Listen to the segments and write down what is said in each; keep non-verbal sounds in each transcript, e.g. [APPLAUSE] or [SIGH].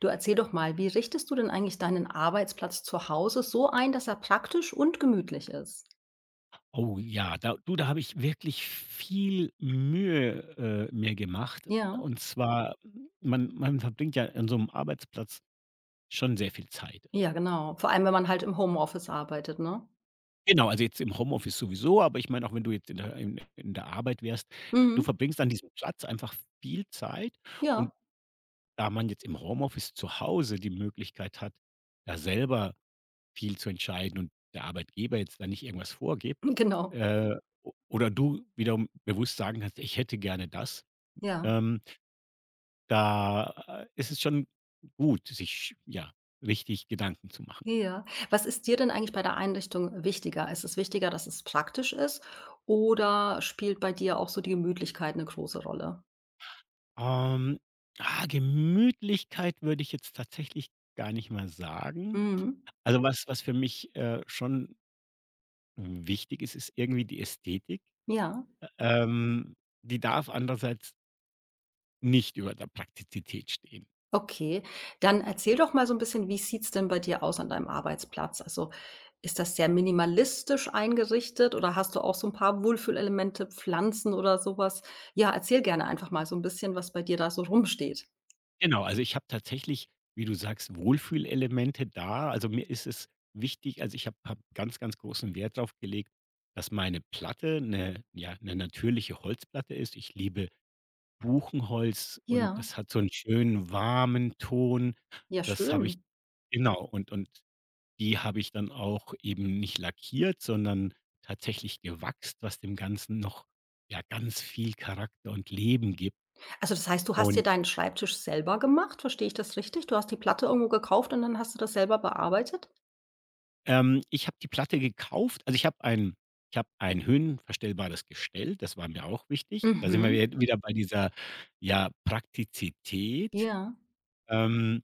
Du erzähl doch mal, wie richtest du denn eigentlich deinen Arbeitsplatz zu Hause so ein, dass er praktisch und gemütlich ist? Oh ja, da habe ich wirklich viel Mühe, mir gemacht. Ja, Und zwar, man verbringt ja an so einem Arbeitsplatz schon sehr viel Zeit. ja, genau. Vor allem, wenn man halt im Homeoffice arbeitet, ne? Genau, also jetzt im Homeoffice sowieso, aber ich meine auch, wenn du jetzt in der Arbeit wärst, du Mhm. verbringst an diesem Platz einfach viel Zeit. Ja, Und da man jetzt im Homeoffice zu Hause die Möglichkeit hat, da selber viel zu entscheiden und der Arbeitgeber jetzt da nicht irgendwas vorgibt, [LAUGHS] genau. äh, o oder du wiederum bewusst sagen kannst: „Ich hätte gerne das.“ Ja, Ähm, da ist es schon gut, sich, ja, richtig Gedanken zu machen. ja. Was ist dir denn eigentlich bei der Einrichtung wichtiger? Ist es wichtiger, dass es praktisch ist oder spielt bei dir auch so die Gemütlichkeit eine große Rolle? Ähm, Gemütlichkeit würde ich jetzt tatsächlich gar nicht mal sagen. Mhm. Also, was für mich, schon wichtig ist, ist irgendwie die Ästhetik. Ja. Ähm, die darf andererseits nicht über der Praktizität stehen. Okay, dann erzähl doch mal so 'n bisschen, wie sieht's denn bei dir aus an deinem Arbeitsplatz? Also, ist das sehr minimalistisch eingerichtet oder hast du auch so 'n paar Wohlfühlelemente, Pflanzen oder so was? Ja, erzähl gerne einfach mal so 'n bisschen, was bei dir da so rumsteht. Genau, also ich habe tatsächlich, wie du sagst, Wohlfühlelemente da. Also mir ist es wichtig, also ich habe hab hab ganz, ganz großen Wert darauf gelegt, dass meine Platte 'ne natürliche Holzplatte ist. Ich liebe Buchenholz und Ja, das hat so einen schönen warmen Ton. ja Das habe ich, schön. genau, und die habe ich dann auch eben nicht lackiert, sondern tatsächlich gewachst, was dem Ganzen noch, ja, ganz viel Charakter und Leben gibt. Also, das heißt, du hast dir Und deinen Schreibtisch selber gemacht? Verstehe ich das richtig? Du hast die Platte irgendwo gekauft und dann hast du das selber bearbeitet? Ich habe die Platte gekauft. Also, ich habe ein höhenverstellbares Gestell, das war mir auch wichtig. Da sind wir Mhm. wi wieder bei dieser, ja, Praktizität, Ja, ähm,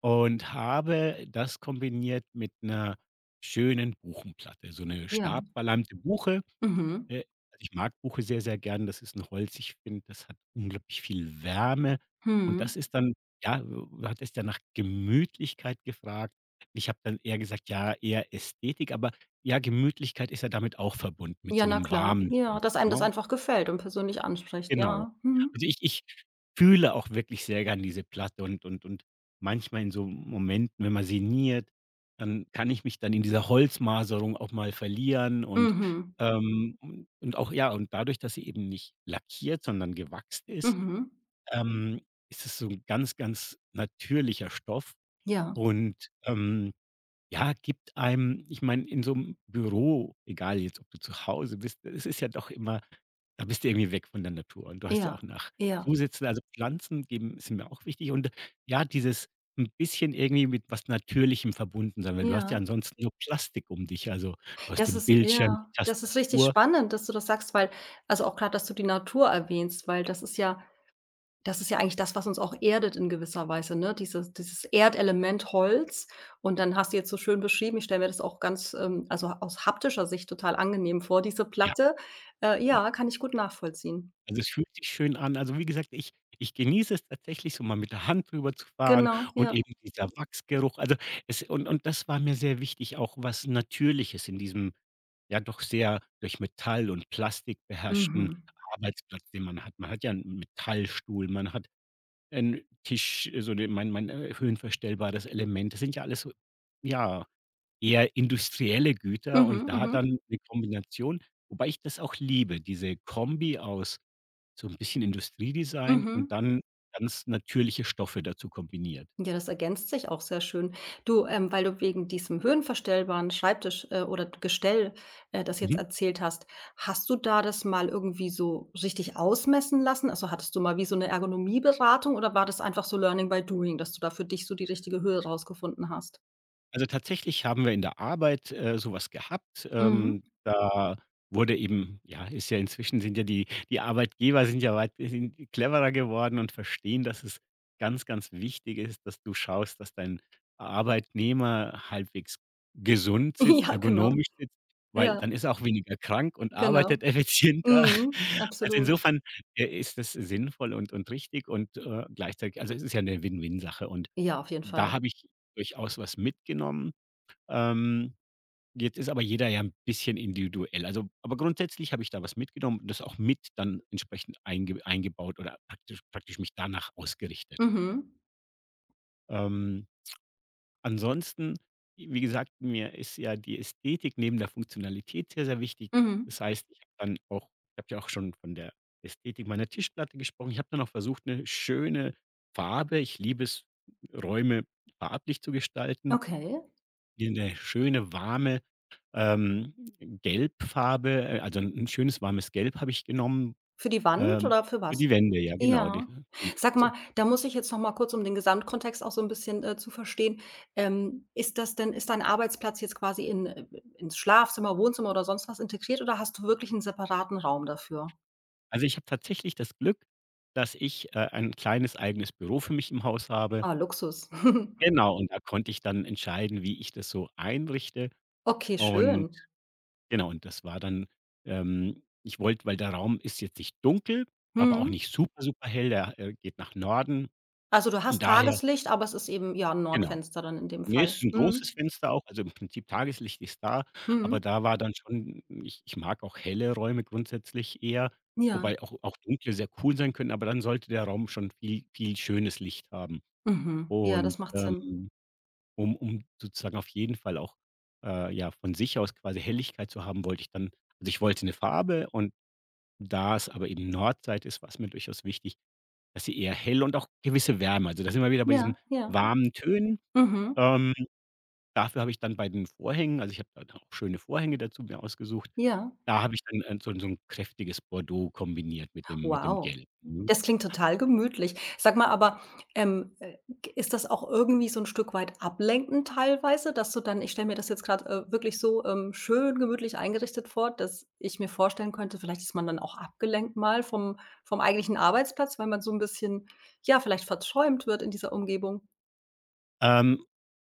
und habe das kombiniert mit einer schönen Buchenplatte, so eine ja. stabverleimte Buche. Mhm. Äh, also, ich mag Buche sehr, sehr gern. Das ist ein Holz. Ich finde, das hat unglaublich viel Wärme, und das Mhm. ist dann, ja, du hattest ja nach Gemütlichkeit gefragt. Ich habe dann eher gesagt, ja, eher Ästhetik, aber ja, Gemütlichkeit ist ja damit auch verbunden, mit Ja, so na einem klar. warmen Ja, Holz, dass einem das ne? einfach gefällt und persönlich anspricht, Genau. ja. Mhm. Also, ich fühle auch wirklich sehr gern diese Platte, und manchmal in so Momenten, wenn man sinniert, dann kann ich mich dann in dieser Holzmaserung auch mal verlieren, und Mhm. und auch, ja, und dadurch, dass sie eben nicht lackiert, sondern gewachst ist, Mhm. ähm, ist es so 'n ganz, ganz natürlicher Stoff Ja, und, ja, gibt einem, ich meine, in so einem Büro, egal jetzt, ob du zu Hause bist, es ist ja doch immer, da bist du irgendwie weg von der Natur, und du hast ja auch ja, nach ja, zusätzen, also, Pflanzen geben sind mir auch wichtig, und ja, dieses ein bisschen irgendwie mit was Natürlichem verbunden sein, weil du hast ja ja. ansonsten nur Plastik um dich. Also, du hast Das den ist Bildschirm, die ja, das ist richtig Tastatur. spannend, dass du das sagst, weil also, auch grad, dass du die Natur erwähnst, weil das ist ja eigentlich das, was uns auch erdet in gewisser Weise, ne? Dieses Erdelement Holz. Und dann hast du jetzt so schön beschrieben, ich stelle mir das auch ganz, also, aus haptischer Sicht total angenehm vor, diese Ja. Platte. Ja, kann ich gut nachvollziehen. Also, es fühlt sich schön an. Also, wie gesagt, ich genieße es tatsächlich so, mal mit der Hand drüber zu fahren, Genau, und ja. eben dieser Wachsgeruch. Also, es, und das war mir sehr wichtig, auch was Natürliches in diesem, ja, doch sehr durch Metall und Plastik beherrschten Mhm. Arbeitsplatz, den man hat. Man hat ja einen Metallstuhl, man hat 'n Tisch, so den mein höhenverstellbares Element. Das sind ja alles so, ja, eher industrielle Güter, Mhm, und da mhm, dann 'ne Kombination, wobei ich das auch liebe, diese Kombi aus so 'n bisschen Industriedesign und mhm. dann ganz natürliche Stoffe dazu kombiniert. Ja, das ergänzt sich auch sehr schön. Du, weil du wegen diesem höhenverstellbaren Schreibtisch, oder Gestell, das jetzt Mhm. erzählt hast, hast du da das mal irgendwie so richtig ausmessen lassen? Also, hattest du mal wie so eine Ergonomieberatung oder war das einfach so Learning by Doing, dass du da für dich so die richtige Höhe rausgefunden hast? Also, tatsächlich haben wir in der Arbeit, so gehabt. Mhm. Da wurde eben, ja, ist ja inzwischen, sind ja die Arbeitgeber, sind ja weit sind cleverer geworden und verstehen, dass es ganz, ganz wichtig ist, dass du schaust, dass dein Arbeitnehmer halbwegs gesund [LAUGHS] sitzt, Ja, genau. ergonomisch sitzt, weil Ja, dann ist er auch weniger krank und genau. arbeitet effizienter. Mhm, [LAUGHS] Also, absolut. insofern, ist das sinnvoll und, richtig, und, gleichzeitig, also, es ist ja eine Win-Win-Sache, und Ja, auf jeden da Fall. habe ich durchaus was mitgenommen. Ähm, jetzt ist aber jeder ja ein bisschen individuell. Also, aber grundsätzlich habe ich da was mitgenommen und das auch mit dann entsprechend eingebaut oder praktisch, mich danach ausgerichtet. Mhm, Ähm, ansonsten, wie gesagt, mir ist ja die Ästhetik neben der Funktionalität sehr, sehr wichtig. mhm. Das heißt, ich habe dann auch, ich habe ja auch schon von der Ästhetik meiner Tischplatte gesprochen. Ich habe dann auch versucht, eine schöne Farbe, ich liebe es, Räume farblich zu gestalten, Okay. die eine schöne, warme Ähm, Gelbfarbe, also 'n schönes warmes Gelb habe ich genommen, Für die Wand ähm, oder für für was? die Wände, ja, genau, die Ja. genau. Sag mal, Also, da muss ich jetzt noch mal kurz, um den Gesamtkontext auch so 'n bisschen, zu verstehen ist das denn ist dein Arbeitsplatz jetzt quasi in ins Schlafzimmer, Wohnzimmer oder sonst was integriert oder hast du wirklich 'n separaten Raum dafür? Ich habe tatsächlich das Glück, dass ich, ein kleines eigenes Büro für mich im Haus habe. Ah, Luxus. [LAUGHS] Genau, und da konnte ich dann entscheiden, wie ich das so einrichte. Okay, Und schön. genau, und das war dann, ich wollte, weil der Raum ist jetzt nicht dunkel, aber auch Mhm. nicht super, super hell, der, geht nach Norden Also, du und hast daher, Tageslicht, aber es ist eben, ja, 'n genau. Nordfenster dann in dem Ne, es Fall. ist 'n großes Mhm. Fenster auch, also im Prinzip Tageslicht ist da, aber Mhm. da war dann schon, ich mag auch helle Räume grundsätzlich eher, Ja. wobei auch dunkle sehr cool sein können, aber dann sollte der Raum schon viel, viel schönes Licht haben. Mhm. Ja, das Und, macht Sinn. Um sozusagen auf jeden Fall auch, ja, von sich aus quasi Helligkeit zu haben, wollte ich dann, also ich wollte 'ne Farbe, und da es aber eben Nordseite ist, war's mir durchaus wichtig, dass sie eher hell und auch gewisse Wärme, also da sind wir wieder bei Ja, diesen ja. warmen Tönen, Mhm. ähm dafür habe ich dann bei den Vorhängen, also, ich habe da dann auch schöne Vorhänge dazu mir ausgesucht. Ja. Da habe ich dann, so 'n, so 'n kräftiges Bordeaux kombiniert mit dem, mit dem Wow, Gelb, mhm. das klingt total gemütlich. Sag mal, aber, ähm, äh, g ist das auch irgendwie so ein Stück weit ablenkend teilweise, dass du dann ich stelle mir das jetzt gerade wirklich so, schön gemütlich eingerichtet vor, dass ich mir vorstellen könnte, vielleicht ist man dann auch abgelenkt mal vom eigentlichen Arbeitsplatz, weil man so ein bisschen, ja, vielleicht verträumt wird in dieser Umgebung. Ähm,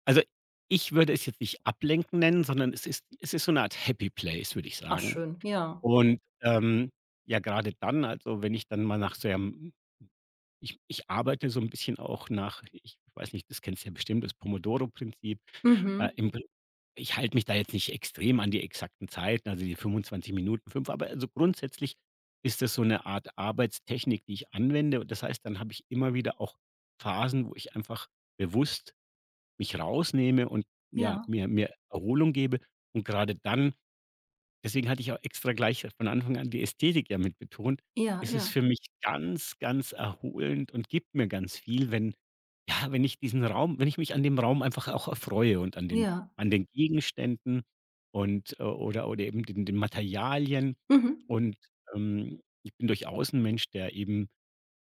also, ich würde es jetzt nicht ablenken nennen, sondern es ist, es ist so 'ne Art Happy Place, würde ich Ach sagen. schön, ja. Und, ja, grade dann, also, wenn ich dann mal nach so einem, ich arbeite so 'n bisschen auch nach, ich weiß nicht, das kennst du ja bestimmt, das Pomodoro-Prinzip. Mhm. Im Prin Ich halte mich da jetzt nicht extrem an die exakten Zeiten, also die 25 Minuten, 5, aber also grundsätzlich ist das so eine Art Arbeitstechnik, die ich anwende, und das heißt, dann habe ich immer wieder auch Phasen, wo ich einfach bewusst mich rausnehme und, ja, Ja, mir Erholung gebe, und gerade dann, deswegen hatte ich auch extra gleich von Anfang an die Ästhetik ja mit betont. ja, Es ja, ist für mich ganz, ganz erholend und gibt mir ganz viel, wenn, ja, wenn ich diesen Raum, wenn ich mich an dem Raum einfach auch erfreue und an den, ja. an den Gegenständen und, oder, eben den, Materialien. Mhm, Und, ich bin durchaus ein Mensch, der eben,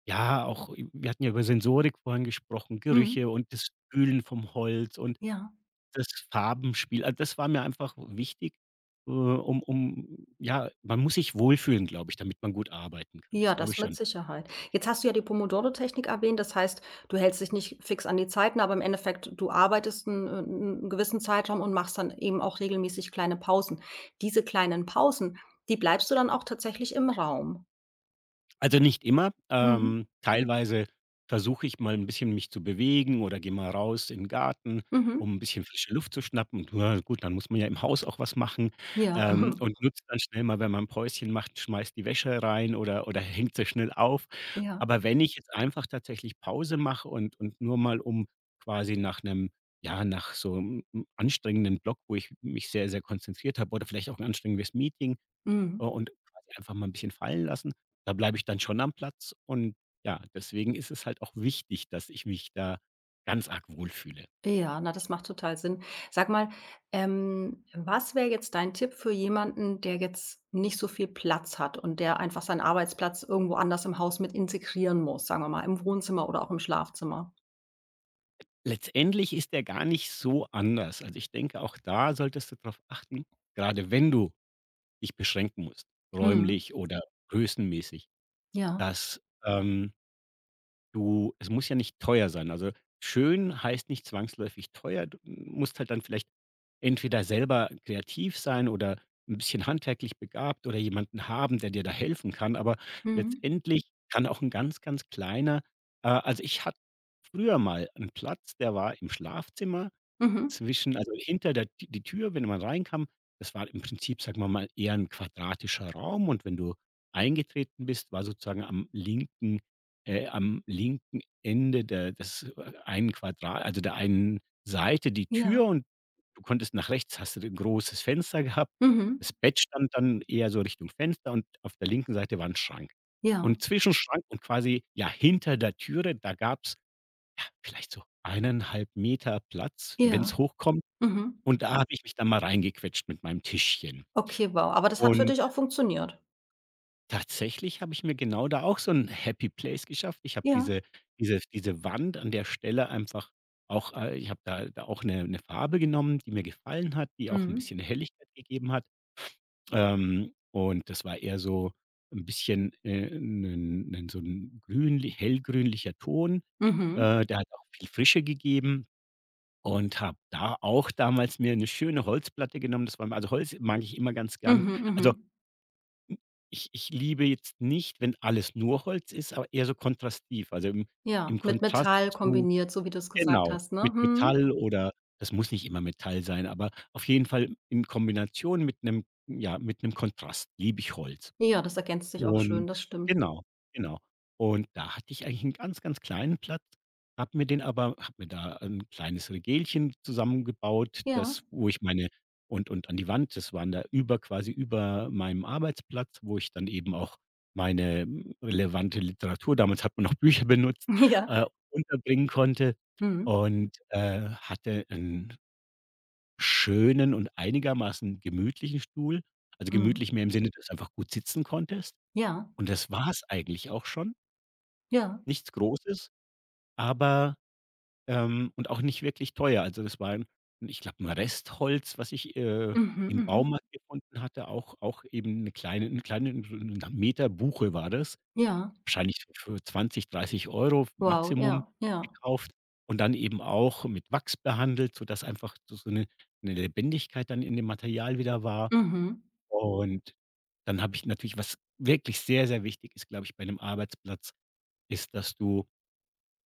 ja, auch, wir hatten ja über Sensorik vorhin gesprochen, mhm, Gerüche und das Fühlen vom Holz und ja. das Farbenspiel, also, das war mir einfach wichtig, um ja, man muss sich wohlfühlen, glaube ich, damit man gut arbeiten kann. Das Ja, glaube das ich mit schon. Sicherheit. Jetzt hast du ja die Pomodoro-Technik erwähnt, das heißt, du hältst dich nicht fix an die Zeiten, aber im Endeffekt, du arbeitest einen 'n 'n gewissen Zeitraum und machst dann eben auch regelmäßig kleine Pausen. Diese kleinen Pausen, die bleibst du dann auch tatsächlich im Raum? Also, nicht immer. Mhm. Teilweise versuche ich mal ein bisschen mich zu bewegen oder gehe mal raus in 'n Garten, Mhm. um ein bisschen frische Luft zu schnappen. Und na gut, dann muss man ja im Haus auch was machen, Ja. [LAUGHS] Und nutzt dann schnell mal, wenn man ein Päuschen macht, schmeißt die Wäsche rein oder hängt sie schnell auf. Ja. Aber wenn ich jetzt einfach tatsächlich Pause mache, und nur mal um quasi nach einem, ja, nach so 'm anstrengenden Block, wo ich mich sehr, sehr konzentriert habe, oder vielleicht auch ein anstrengendes Meeting, Mhm. und quasi einfach mal ein bisschen fallen lassen. Da bleibe ich dann schon am Platz, und ja, deswegen ist es halt auch wichtig, dass ich mich da ganz arg wohlfühle. Ja, na, das macht total Sinn. Sag mal, was wäre jetzt dein Tipp für jemanden, der jetzt nicht so viel Platz hat und der einfach seinen Arbeitsplatz irgendwo anders im Haus mit integrieren muss, sagen wir mal, im Wohnzimmer oder auch im Schlafzimmer? Letztendlich ist der gar nicht so anders. Also, ich denke, auch da solltest du darauf achten, gerade wenn du dich beschränken musst, Mhm. räumlich oder größenmäßig, Ja. dass, du, es muss ja nicht teuer sein. Also, schön heißt nicht zwangsläufig teuer. Du musst halt dann vielleicht entweder selber kreativ sein oder ein bisschen handwerklich begabt oder jemanden haben, der dir da helfen kann, aber Mhm. letztendlich kann auch ein ganz, ganz kleiner, also, ich hatte früher mal einen Platz, der war im Schlafzimmer, Mhm. zwischen, also hinter der T die Tür, wenn man reinkam, das war im Prinzip, sagen wir mal, eher ein quadratischer Raum, und wenn du eingetreten bist, war sozusagen am linken Ende der des, einen Quadrat, also der einen Seite die Ja. Tür, und du konntest nach rechts, hast du ein großes Fenster gehabt. Das Mhm. Bett stand dann eher so Richtung Fenster, und auf der linken Seite war ein Schrank. Ja. Und zwischen Schrank und quasi, ja, hinter der Türe, da gab's, ja, vielleicht so 1,5 Meter Platz, wenn es Ja. hochkommt. Mhm. Und da habe ich mich dann mal reingequetscht mit meinem Tischchen. Okay, wow. Aber das hat für Und dich auch funktioniert? tatsächlich habe ich mir genau da auch so 'n Happy Place geschafft. Ich habe Ja. diese Wand an der Stelle einfach auch, ich habe da auch 'ne Farbe genommen, die mir gefallen hat, die auch 'n Mhm. bisschen Helligkeit gegeben hat. Und das war eher so 'n bisschen, 'nen 'nen so 'n grünlich hellgrünlicher Ton. Mhm. Der hat auch viel Frische gegeben. Und habe da auch damals mir eine schöne Holzplatte genommen. Das war mir also, Holz mag ich immer ganz gern. Mhm. Also, Mhm. ich liebe jetzt nicht, wenn alles nur Holz ist, aber eher so kontrastiv, also, im Ja, im mit Kontrast Metall zu kombiniert, so wie du es gesagt genau, hast, ne? mit Mhm. Metall oder das muss nicht immer Metall sein, aber auf jeden Fall in Kombination mit einem ja, mit einem Kontrast liebe ich Holz. Ja, das ergänzt sich auch schön, Und das stimmt. genau, genau. Und da hatte ich eigentlich einen ganz, ganz kleinen Platz, habe mir da ein kleines Regelchen zusammengebaut, Ja, das wo ich meine und an die Wand, das waren da über quasi über meinem Arbeitsplatz, wo ich dann eben auch meine, relevante Literatur damals hat man noch Bücher benutzt, [LAUGHS] ja. Unterbringen konnte Mhm, und, hatte einen schönen und einigermaßen gemütlichen Stuhl. Also, mhm. gemütlich mehr im Sinne, dass du einfach gut sitzen konntest. Ja, Und das war's eigentlich auch schon. ja. Nichts Großes, aber und auch nicht wirklich teuer. Also, das war 'n ich glaube, 'n Restholz, was ich, Mhm, im mhm. Baumarkt gefunden hatte, auch eben eine kleine 'n Meter Buche war das. Ja, Wahrscheinlich für 20 bis 30 Euro wow, Maximum ja, ja. gekauft und dann eben auch mit Wachs behandelt, sodass einfach so 'ne 'ne Lebendigkeit dann in dem Material wieder war. Mhm. Und dann habe ich natürlich, was wirklich sehr, sehr wichtig ist, glaube ich, bei einem Arbeitsplatz ist, dass du,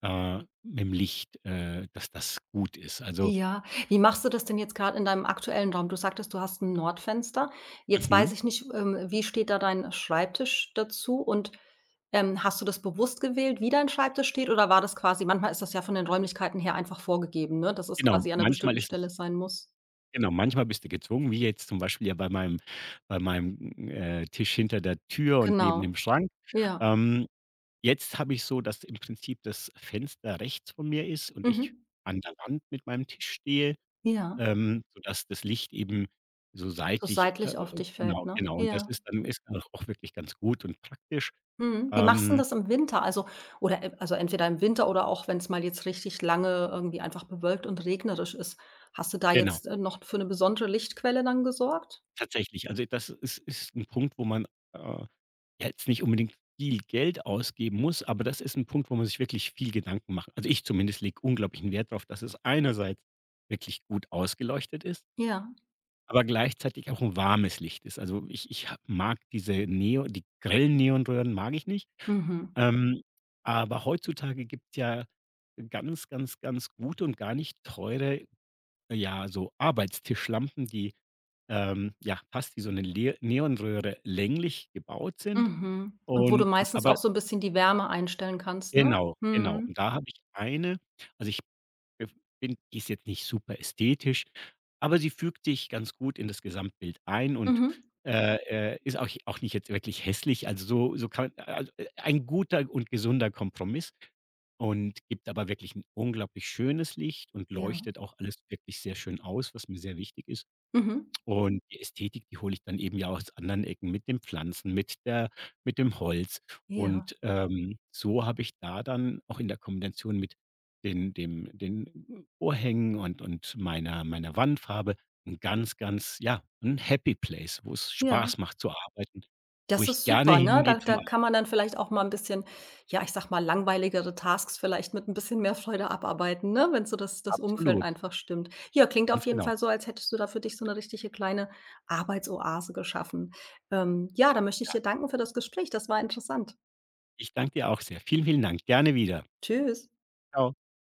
äh, mit'm Licht dass das gut ist. Also, Ja. Wie machst du das denn jetzt gerade in deinem aktuellen Raum? Du sagtest, du hast ein Nordfenster. Jetzt weiß Mhm. ich nicht, wie steht da dein Schreibtisch dazu und, hast du das bewusst gewählt, wie dein Schreibtisch steht oder war das quasi manchmal ist das ja von den Räumlichkeiten her einfach vorgegeben, ne, dass es genau, quasi an einer manchmal bestimmten ist Stelle es sein muss. genau, manchmal bist du gezwungen, wie jetzt zum Beispiel ja bei meinem, Tisch hinter der Tür und neben Genau, dem Schrank. ja. Ähm, jetzt habe ich so, dass im Prinzip das Fenster rechts von mir ist und ich Mhm. an der Wand mit meinem Tisch stehe, Ja, sodass das Licht eben so so seitlich seitlich auf dich fällt, genau, ne? genau. Und das Ja. ist dann auch wirklich ganz gut und praktisch. Mhm. Wie machst 'n Ähm, das im Winter? Also oder e also entweder im Winter oder auch wenn es mal jetzt richtig lange irgendwie einfach bewölkt und regnerisch ist. Hast du da genau. jetzt, noch für eine besondere Lichtquelle dann gesorgt? Tatsächlich. Also, das ist 'n Punkt, wo man, äh, ja, jetzt nicht unbedingt viel Geld ausgeben muss, aber das ist ein Punkt, wo man sich wirklich viel Gedanken macht. Also, ich zumindest lege unglaublichen Wert darauf, dass es einerseits wirklich gut ausgeleuchtet ist, Ja. aber gleichzeitig auch ein warmes Licht ist. Also, ich ich ha mag die grellen Neonröhren mag ich nicht. Mhm. Ähm, aber heutzutage gibt's ja ganz, ganz, ganz gute und gar nicht teure, ja, so Arbeitstischlampen, die ja, fast wie so eine Le Neonröhre länglich gebaut sind Mhm. Und wo du und und meistens aber auch so ein bisschen die Wärme einstellen kannst, ne? genau, genau. Mhm. Und da habe ich eine also, ich bef bin die ist jetzt nicht super ästhetisch, aber sie fügt sich ganz gut in das Gesamtbild ein und, Mhm. äh, ist auch auch nicht jetzt wirklich hässlich. Also, so so kann also, ein guter und gesunder Kompromiss und gibt aber wirklich ein unglaublich schönes Licht und Ja. leuchtet auch alles wirklich sehr schön aus, was mir sehr wichtig ist. Mhm. Und die Ästhetik, die hole ich dann eben ja aus anderen Ecken mit den Pflanzen, mit der mit dem Holz. Ja. Und, so habe ich da dann auch in der Kombination mit den Vorhängen und meiner Wandfarbe 'n ganz, ganz ja, 'n Happy Place, wo es Ja. Spaß macht zu arbeiten, wo Das ich ist gerne super, ne? Da hingehe zum da Arbeiten. kann man dann vielleicht auch mal ein bisschen, ja, ich sag mal, langweiligere Tasks vielleicht mit ein bisschen mehr Freude abarbeiten, ne, wenn so das Umfeld Absolut, einfach stimmt. Ja, klingt auf ganz jeden genau. Fall so, als hättest du da für dich so eine richtige kleine Arbeitsoase geschaffen. Ja, da möchte ich Ja, dir danken für das Gespräch. Das war interessant. ich danke dir auch sehr. Vielen, vielen Dank. Gerne wieder. Tschüss. Tschau.